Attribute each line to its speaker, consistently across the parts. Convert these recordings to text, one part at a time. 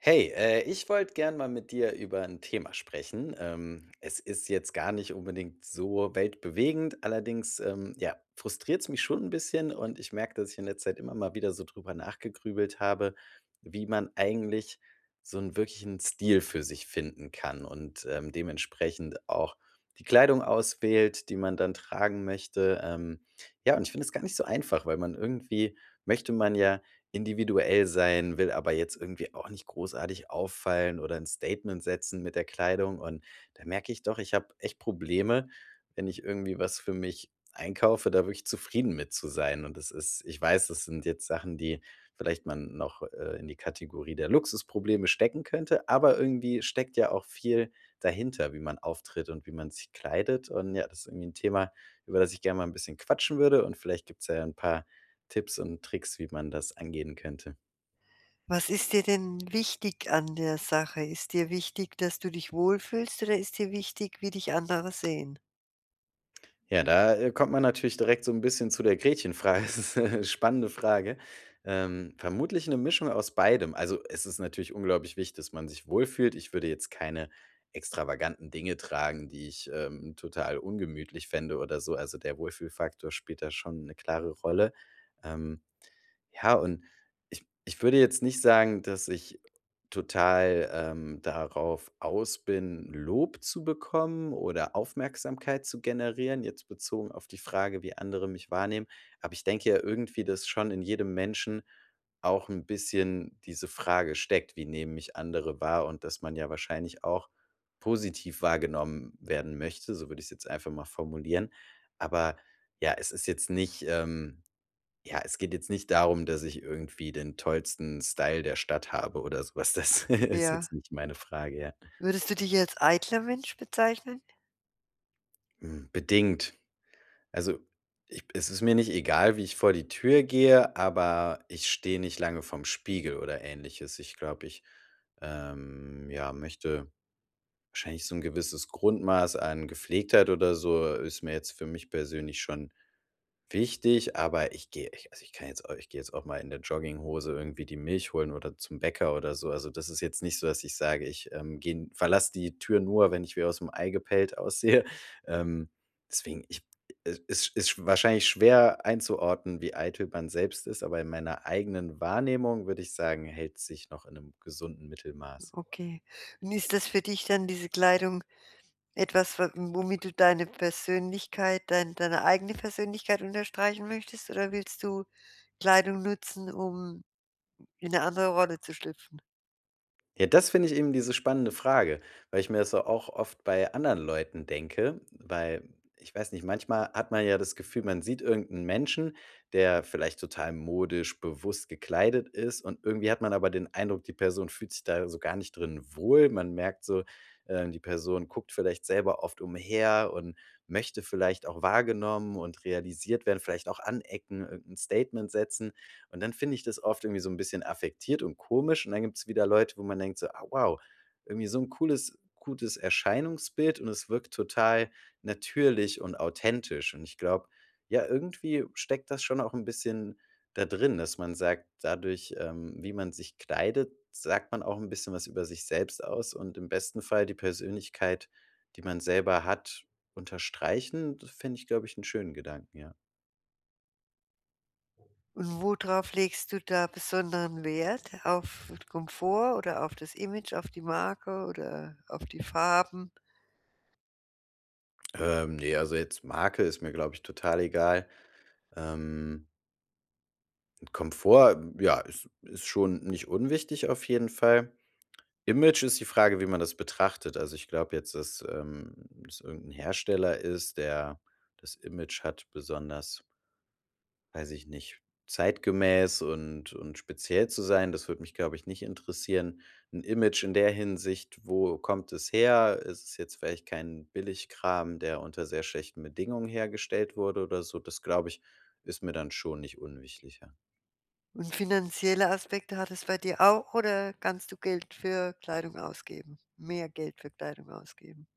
Speaker 1: Hey, ich wollte gern mal mit dir über ein Thema sprechen. Es ist jetzt gar nicht unbedingt so weltbewegend, allerdings, ja, frustriert's mich schon ein bisschen und ich merke, dass ich in letzter Zeit immer mal wieder so drüber nachgegrübelt habe, wie man eigentlich so einen wirklichen Stil für sich finden kann und, dementsprechend auch die Kleidung auswählt, die man dann tragen möchte. Ja, und ich finde es gar nicht so einfach, weil man irgendwie möchte man ja individuell sein, will aber jetzt irgendwie auch nicht großartig auffallen oder ein Statement setzen mit der Kleidung. Und da merke ich doch, ich habe echt Probleme, wenn ich irgendwie was für mich einkaufe, da wirklich zufrieden mit zu sein. Und das ist, ich weiß, das sind jetzt Sachen, die vielleicht man noch, in die Kategorie der Luxusprobleme stecken könnte, aber irgendwie steckt ja auch viel dahinter, wie man auftritt und wie man sich kleidet. Und ja, das ist irgendwie ein Thema, über das ich gerne mal ein bisschen quatschen würde und vielleicht gibt's ja ein paar Tipps und Tricks, wie man das angehen könnte?
Speaker 2: Was ist dir denn wichtig an der Sache? Ist dir wichtig, dass du dich wohlfühlst oder ist dir wichtig, wie dich andere sehen?
Speaker 1: Ja, da kommt man natürlich direkt so ein bisschen zu der Gretchenfrage. Es ist 'ne spannende Frage. Vermutlich eine Mischung aus beidem. Also, es ist natürlich unglaublich wichtig, dass man sich wohlfühlt. Ich würde jetzt keine extravaganten Dinge tragen, die ich, total ungemütlich fände oder so. Also, der Wohlfühlfaktor spielt da schon eine klare Rolle. Ähm, Ja, und ich würde jetzt nicht sagen, dass ich total, darauf aus bin, Lob zu bekommen oder Aufmerksamkeit zu generieren, jetzt bezogen auf die Frage, wie andere mich wahrnehmen. Aber ich denke ja irgendwie, dass schon in jedem Menschen auch ein bisschen diese Frage steckt: „Wie nehmen mich andere wahr?“ Und dass man ja wahrscheinlich auch positiv wahrgenommen werden möchte, so würde ich's jetzt einfach mal formulieren. Aber ja, es ist jetzt nicht, ja, es geht jetzt nicht darum, dass ich irgendwie den tollsten Style der Stadt habe oder sowas. Das ist
Speaker 2: Ja.
Speaker 1: jetzt nicht meine Frage, ja.
Speaker 2: Würdest du dich als eitler Mensch bezeichnen?
Speaker 1: Hm, bedingt. Also, ich, es ist mir nicht egal, wie ich vor die Tür gehe, aber ich stehe nicht lange vorm Spiegel oder Ähnliches. Ich glaube, ich, ja, möchte wahrscheinlich so ein gewisses Grundmaß an Gepflegtheit oder so ist mir jetzt für mich persönlich schon wichtig, aber ich gehe, ich, also, ich kann jetzt au, ich gehe jetzt auch mal in der Jogginghose irgendwie die Milch holen oder zum Bäcker oder so. Also, das ist jetzt nicht so, dass ich sage, ich, gehe, verlasse die Tür nur, wenn ich wie aus aus'm Ei gepellt aussehe. Ähm, Deswegen, ich, es ist wahrscheinlich schwer einzuordnen, wie eitel man selbst ist, aber in meiner eigenen Wahrnehmung würde ich sagen, hält sich noch in einem gesunden Mittelmaß.
Speaker 2: Okay. Und ist das für dich dann diese Kleidung etwas, wa womit du deine Persönlichkeit, deine eigene Persönlichkeit unterstreichen möchtest oder willst du Kleidung nutzen, um in 'ne andere Rolle zu schlüpfen?
Speaker 1: Ja, das finde ich eben diese spannende Frage, weil ich mir das so auch oft bei anderen Leuten denke, weil ich weiß nicht, manchmal hat man ja das Gefühl, man sieht irgendeinen Menschen, der vielleicht total modisch bewusst gekleidet ist und irgendwie hat man aber den Eindruck, die Person fühlt sich da so gar nicht drin wohl. Man merkt so, die Person guckt vielleicht selber oft umher und möchte vielleicht auch wahrgenommen und realisiert werden, vielleicht auch anecken, irgendein Statement setzen. Und dann finde ich das oft irgendwie so ein bisschen affektiert und komisch und dann gibt es wieder Leute, wo man denkt so: „Ah, wow, irgendwie so ein cooles gutes Erscheinungsbild und es wirkt total natürlich und authentisch.“ Und ich glaube, ja, irgendwie steckt das schon auch ein bisschen da drin, dass man sagt, dadurch, wie man sich kleidet, sagt man auch ein bisschen was über sich selbst aus und im besten Fall die Persönlichkeit, die man selber hat, unterstreichen. Das fände ich, glaube ich, einen schönen Gedanken, ja.
Speaker 2: Und worauf legst du da besonderen Wert? Auf Komfort oder auf das Image, auf die Marke oder auf die Farben?
Speaker 1: Ne, also jetzt Marke ist mir, glaube ich, total egal. Ähm, Komfort, hm, ja, ist schon nicht unwichtig auf jeden Fall. Image ist die Frage, wie man das betrachtet. Also, ich glaube jetzt, dass, es irgendein Hersteller ist, der das Image hat, besonders, weiß ich nicht, zeitgemäß und speziell zu sein, das würde mich, glaube ich, nicht interessieren. Ein Image in der Hinsicht, wo kommt es her? Ist es jetzt vielleicht kein Billigkram, der unter sehr schlechten Bedingungen hergestellt wurde oder so? Das, glaube ich, ist mir dann schon nicht unwichtig, ja.
Speaker 2: Und finanzielle Aspekte hat es bei dir auch oder kannst du Geld für Kleidung ausgeben? Mehr Geld für Kleidung ausgeben?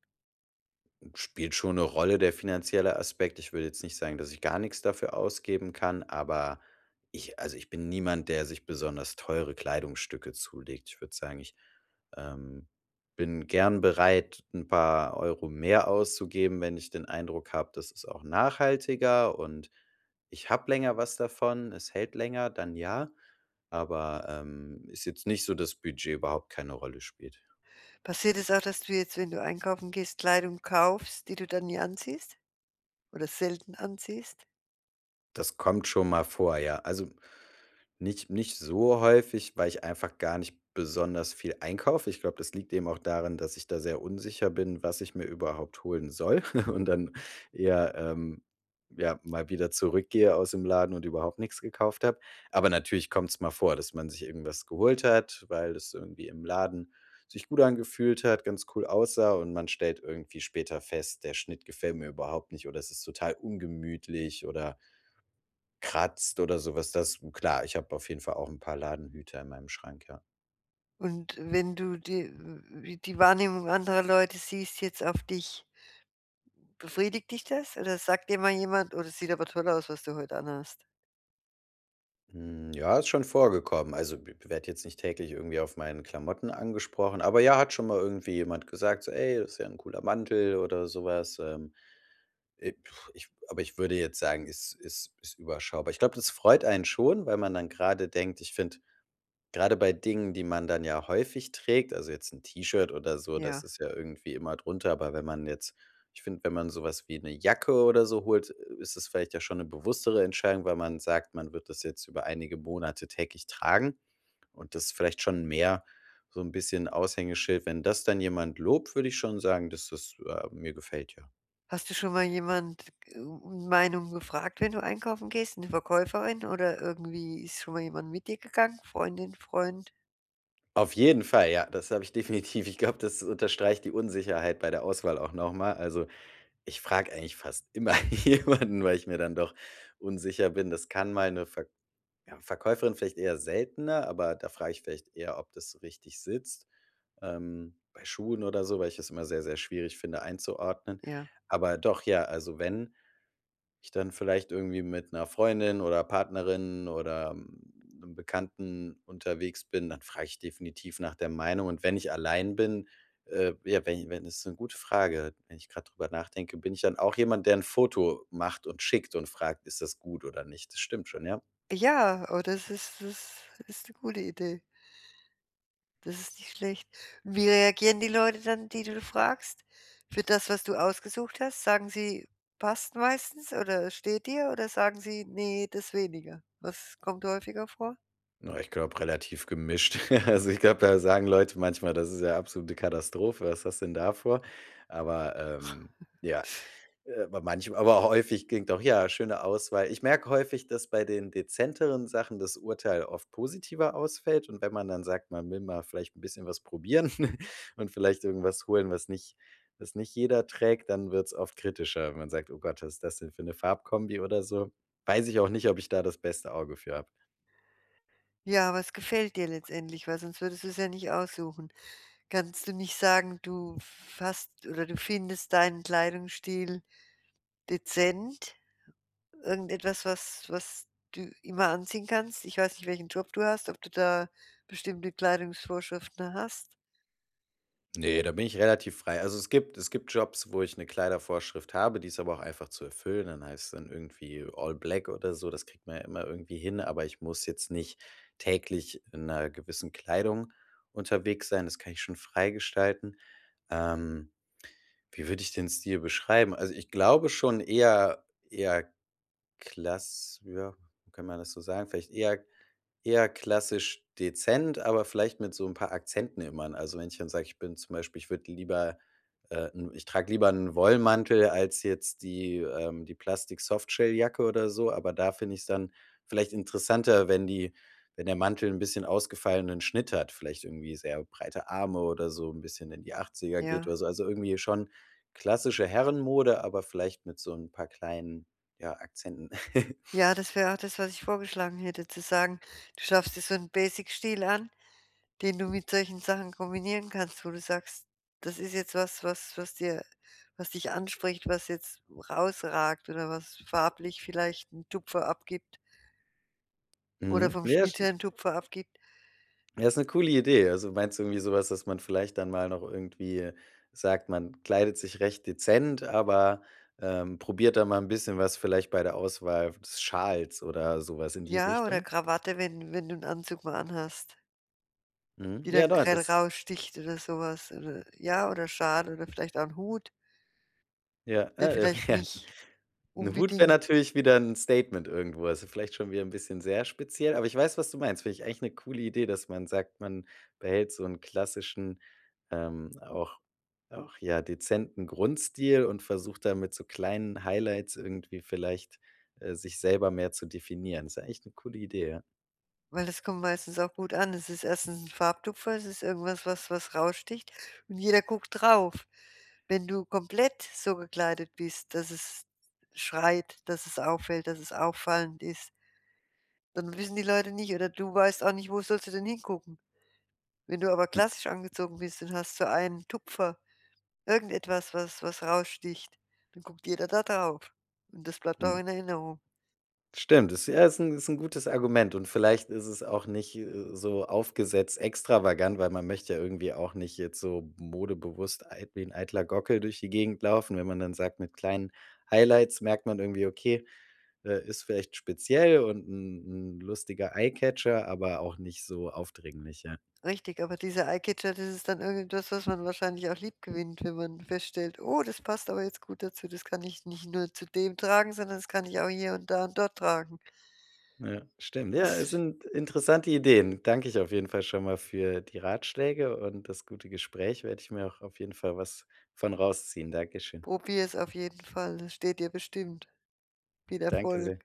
Speaker 1: Spielt schon 'ne Rolle, der finanzielle Aspekt. Ich würde jetzt nicht sagen, dass ich gar nix dafür ausgeben kann, aber ich, also, ich bin niemand, der sich besonders teure Kleidungsstücke zulegt. Ich würde sagen, ich, ähm, bin gern bereit, 'n paar Euro mehr auszugeben, wenn ich den Eindruck habe, das ist auch nachhaltiger und ich habe länger was davon, es hält länger, dann ja. Aber, ist jetzt nicht so, dass Budget überhaupt keine Rolle spielt.
Speaker 2: Passiert es auch, dass du jetzt, wenn du einkaufen gehst, Kleidung kaufst, die du dann nie anziehst oder selten anziehst?
Speaker 1: Das kommt schon mal vor, ja. Also, nicht so häufig, weil ich einfach gar nicht besonders viel einkaufe. Ich glaube, das liegt eben auch daran, dass ich da sehr unsicher bin, was ich mir überhaupt holen soll, und dann eher, ja, mal wieder zurückgehe aus dem Laden und überhaupt nichts gekauft habe. Aber natürlich kommt es mal vor, dass man sich irgendwas geholt hat, weil es irgendwie im Laden sich gut angefühlt hat, ganz cool aussah und man stellt irgendwie später fest: „Der Schnitt gefällt mir überhaupt nicht“ oder „Es ist total ungemütlich“ oder kratzt oder sowas. Das, hm, klar, ich habe auf jeden Fall auch ein paar Ladenhüter in meinem Schrank, ja.
Speaker 2: Und wenn du die Wahrnehmung anderer Leute siehst jetzt auf dich, befriedigt dich das oder sagt dir mal jemand: „Oh, das sieht aber toll aus, was du heute anhast?“
Speaker 1: Hm, ja, ist schon vorgekommen. Also, b werde jetzt nicht täglich irgendwie auf meinen Klamotten angesprochen, aber ja, hat schon mal irgendwie jemand gesagt, so: „Ey, das ist ja ein cooler Mantel“ oder sowas. Äh, ich, aber ich würde jetzt sagen, ist überschaubar. Ich glaube, das freut einen schon, weil man dann gerade denkt, ich finde, gerade bei Dingen, die man dann ja häufig trägt, also jetzt ein T-Shirt oder so, das
Speaker 2: Ja.
Speaker 1: ist ja irgendwie immer drunter, aber wenn man jetzt, ich finde, wenn man so was wie eine Jacke oder so holt, ist es vielleicht ja schon eine bewusstere Entscheidung, weil man sagt, man wird das jetzt über einige Monate täglich tragen und das ist vielleicht schon mehr so ein bisschen Aushängeschild. Wenn das dann jemand lobt, würde ich schon sagen, dass das, mir gefällt, ja.
Speaker 2: Hast du schon mal jemand g um Meinung gefragt, wenn du einkaufen gehst, eine Verkäuferin oder irgendwie ist schon mal jemand mit dir gegangen? Freundin, Freund?
Speaker 1: Auf jeden Fall, ja, das habe ich definitiv. Ich glaube, das unterstreicht die Unsicherheit bei der Auswahl auch nochmal. Also, ich frage eigentlich fast immer jemanden, weil ich mir dann doch unsicher bin. Das kann mal 'ne Ver, ja, Verkäuferin vielleicht eher seltener, aber da frage ich vielleicht eher, ob das so richtig sitzt, bei Schuhen oder so, weil ich es immer sehr, sehr schwierig finde einzuordnen.
Speaker 2: Ja.
Speaker 1: Aber doch, ja, also wenn ich dann vielleicht irgendwie mit einer Freundin oder Partnerin oder, hm, 'nem Bekannten unterwegs bin, dann frage ich definitiv nach der Meinung. Und wenn ich allein bin, ja, wenn das ist eine gute Frage. Wenn ich gerade drüber nachdenke, bin ich dann auch jemand, der ein Foto macht und schickt und fragt: „Ist das gut oder nicht?“ Das stimmt schon, ja.
Speaker 2: Ja, oh, das ist eine gute Idee. Das ist nicht schlecht. Und wie reagieren die Leute dann, die du fragst, für das, was du ausgesucht hast? Sagen sie: „Passt meistens“ oder „Steht dir“ oder sagen sie: „Nee, das weniger“? Was kommt häufiger vor?
Speaker 1: Na, ich glaube, relativ gemischt. Also, ich glaube, da sagen Leute manchmal: „Das ist ja absolute Katastrophe. Was hast denn da vor?“ Aber, ja, aber manchmal, aber häufig klingt doch ja, schöne Auswahl. Ich merke häufig, dass bei den dezenteren Sachen das Urteil oft positiver ausfällt und wenn man dann sagt, man will mal vielleicht ein bisschen was probieren, und vielleicht irgendwas holen, was nicht jeder trägt, dann wird es oft kritischer. Wenn man sagt: „Oh Gott, was ist das denn für eine Farbkombi“ oder so. Weiß ich auch nicht, ob ich da das beste Auge für habe.
Speaker 2: Ja, aber es gefällt dir letztendlich, weil sonst würdest du's ja nicht aussuchen. Kannst du nicht sagen, du hast oder du findest deinen Kleidungsstil dezent? Irgendetwas, was du immer anziehen kannst? Ich weiß nicht, welchen Job du hast, ob du da bestimmte Kleidungsvorschriften hast?
Speaker 1: Ne, da bin ich relativ frei. Also, es gibt Jobs, wo ich eine Kleidervorschrift habe, die ist aber auch einfach zu erfüllen. Dann heißt es dann irgendwie All Black oder so, das kriegt man ja immer irgendwie hin, aber ich muss jetzt nicht täglich in einer gewissen Kleidung unterwegs sein. Das kann ich schon frei gestalten. Ähm, Wie würde ich den Stil beschreiben? Also, ich glaube schon eher klass, ja, kann man das so sagen? Vielleicht eher klassisch dezent, aber vielleicht mit so ein paar Akzenten immer. Also, wenn ich dann sage, ich bin zum Beispiel, ich würde lieber, 'n ich trage lieber einen Wollmantel als jetzt die Plastik-Softshelljacke oder so, aber da finde ich es dann vielleicht interessanter, wenn die wenn der Mantel ein bisschen ausgefallenen Schnitt hat, vielleicht irgendwie sehr breite Arme oder so ein bisschen in die Achtziger geht
Speaker 2: Ja.
Speaker 1: oder so. Also, irgendwie schon klassische Herrenmode, aber vielleicht mit so ein paar kleinen, ja, Akzenten.
Speaker 2: Ja, das wäre auch das, was ich vorgeschlagen hätte, zu sagen, du schaffst dir so einen Basic-Stil an, den du mit solchen Sachen kombinieren kannst, wo du sagst: „Das ist jetzt was, was dir was dich anspricht, was jetzt rausragt oder was farblich vielleicht 'n Tupfer abgibt oder
Speaker 1: Mhm.
Speaker 2: vom
Speaker 1: Ja,
Speaker 2: Schnitt her 'n Tupfer abgibt.“
Speaker 1: ja, ist eine coole Idee. Also, meinst du irgendwie sowas, dass man vielleicht dann mal noch irgendwie sagt, man kleidet sich recht dezent, aber, probiert da mal ein bisschen was vielleicht bei der Auswahl des Schals oder sowas in die
Speaker 2: Ja, oder
Speaker 1: Richtung?
Speaker 2: Krawatte, wenn du einen Anzug mal anhast,
Speaker 1: Mhm.
Speaker 2: die
Speaker 1: Ja,
Speaker 2: dann
Speaker 1: da
Speaker 2: grell
Speaker 1: das
Speaker 2: raussticht oder sowas, oder ja, oder Schal oder vielleicht auch 'n Hut,
Speaker 1: ja,
Speaker 2: der
Speaker 1: ah,
Speaker 2: vielleicht
Speaker 1: okay.
Speaker 2: nicht
Speaker 1: 'N Hut wäre
Speaker 2: unbedingt.
Speaker 1: natürlich wieder 'n Statement irgendwo, also vielleicht schon wieder 'n bisschen sehr speziell, aber ich weiß, was du meinst. Finde ich eigentlich 'ne coole Idee, dass man sagt, man behält so 'n klassischen, ähm, auch auch, ja, dezenten Grundstil und versucht da mit so kleinen Highlights irgendwie vielleicht, sich selber mehr zu definieren. Ist ja echt 'ne coole Idee, ja.
Speaker 2: Weil das kommt meistens auch gut an. Es ist erstens ein Farbtupfer, es ist irgendwas, was raussticht und jeder guckt drauf. Wenn du komplett so gekleidet bist, dass es schreit, dass es auffällt, dass es auffallend ist, dann wissen die Leute nicht oder du weißt auch nicht, wo sollst du denn hingucken. Wenn du aber klassisch angezogen bist und hast so einen Tupfer, irgendetwas, was raussticht, dann guckt jeder da drauf und das bleibt auch
Speaker 1: Mhm.
Speaker 2: in Erinnerung.
Speaker 1: Stimmt, ist ja, ist 'n gutes Argument und vielleicht ist es auch nicht, so aufgesetzt extravagant, weil man möchte ja irgendwie auch nicht jetzt so modebewusst eit wie 'n eitler Gockel durch die Gegend laufen. Wenn man dann sagt, mit kleinen Highlights merkt man irgendwie, okay, ist vielleicht speziell und ein 'n lustiger Eye-Catcher, aber auch nicht so aufdringlich, ja.
Speaker 2: Richtig, aber dieser Eyecatcher, das ist dann irgendwas, was man wahrscheinlich auch lieb gewinnt, wenn man feststellt: „Oh, das passt aber jetzt gut dazu. Das kann ich nicht nur zu dem tragen, sondern das kann ich auch hier und da und dort tragen.“
Speaker 1: Ja, stimmt. Ja, es
Speaker 2: Das
Speaker 1: sind interessante Ideen. Danke ich auf jeden Fall schon mal für die Ratschläge und das gute Gespräch. Werde ich mir auch auf jeden Fall was von rausziehen. Dankeschön.
Speaker 2: probier es auf jeden Fall. Das steht dir bestimmt. Viel
Speaker 1: Danke
Speaker 2: Erfolg.
Speaker 1: sehr.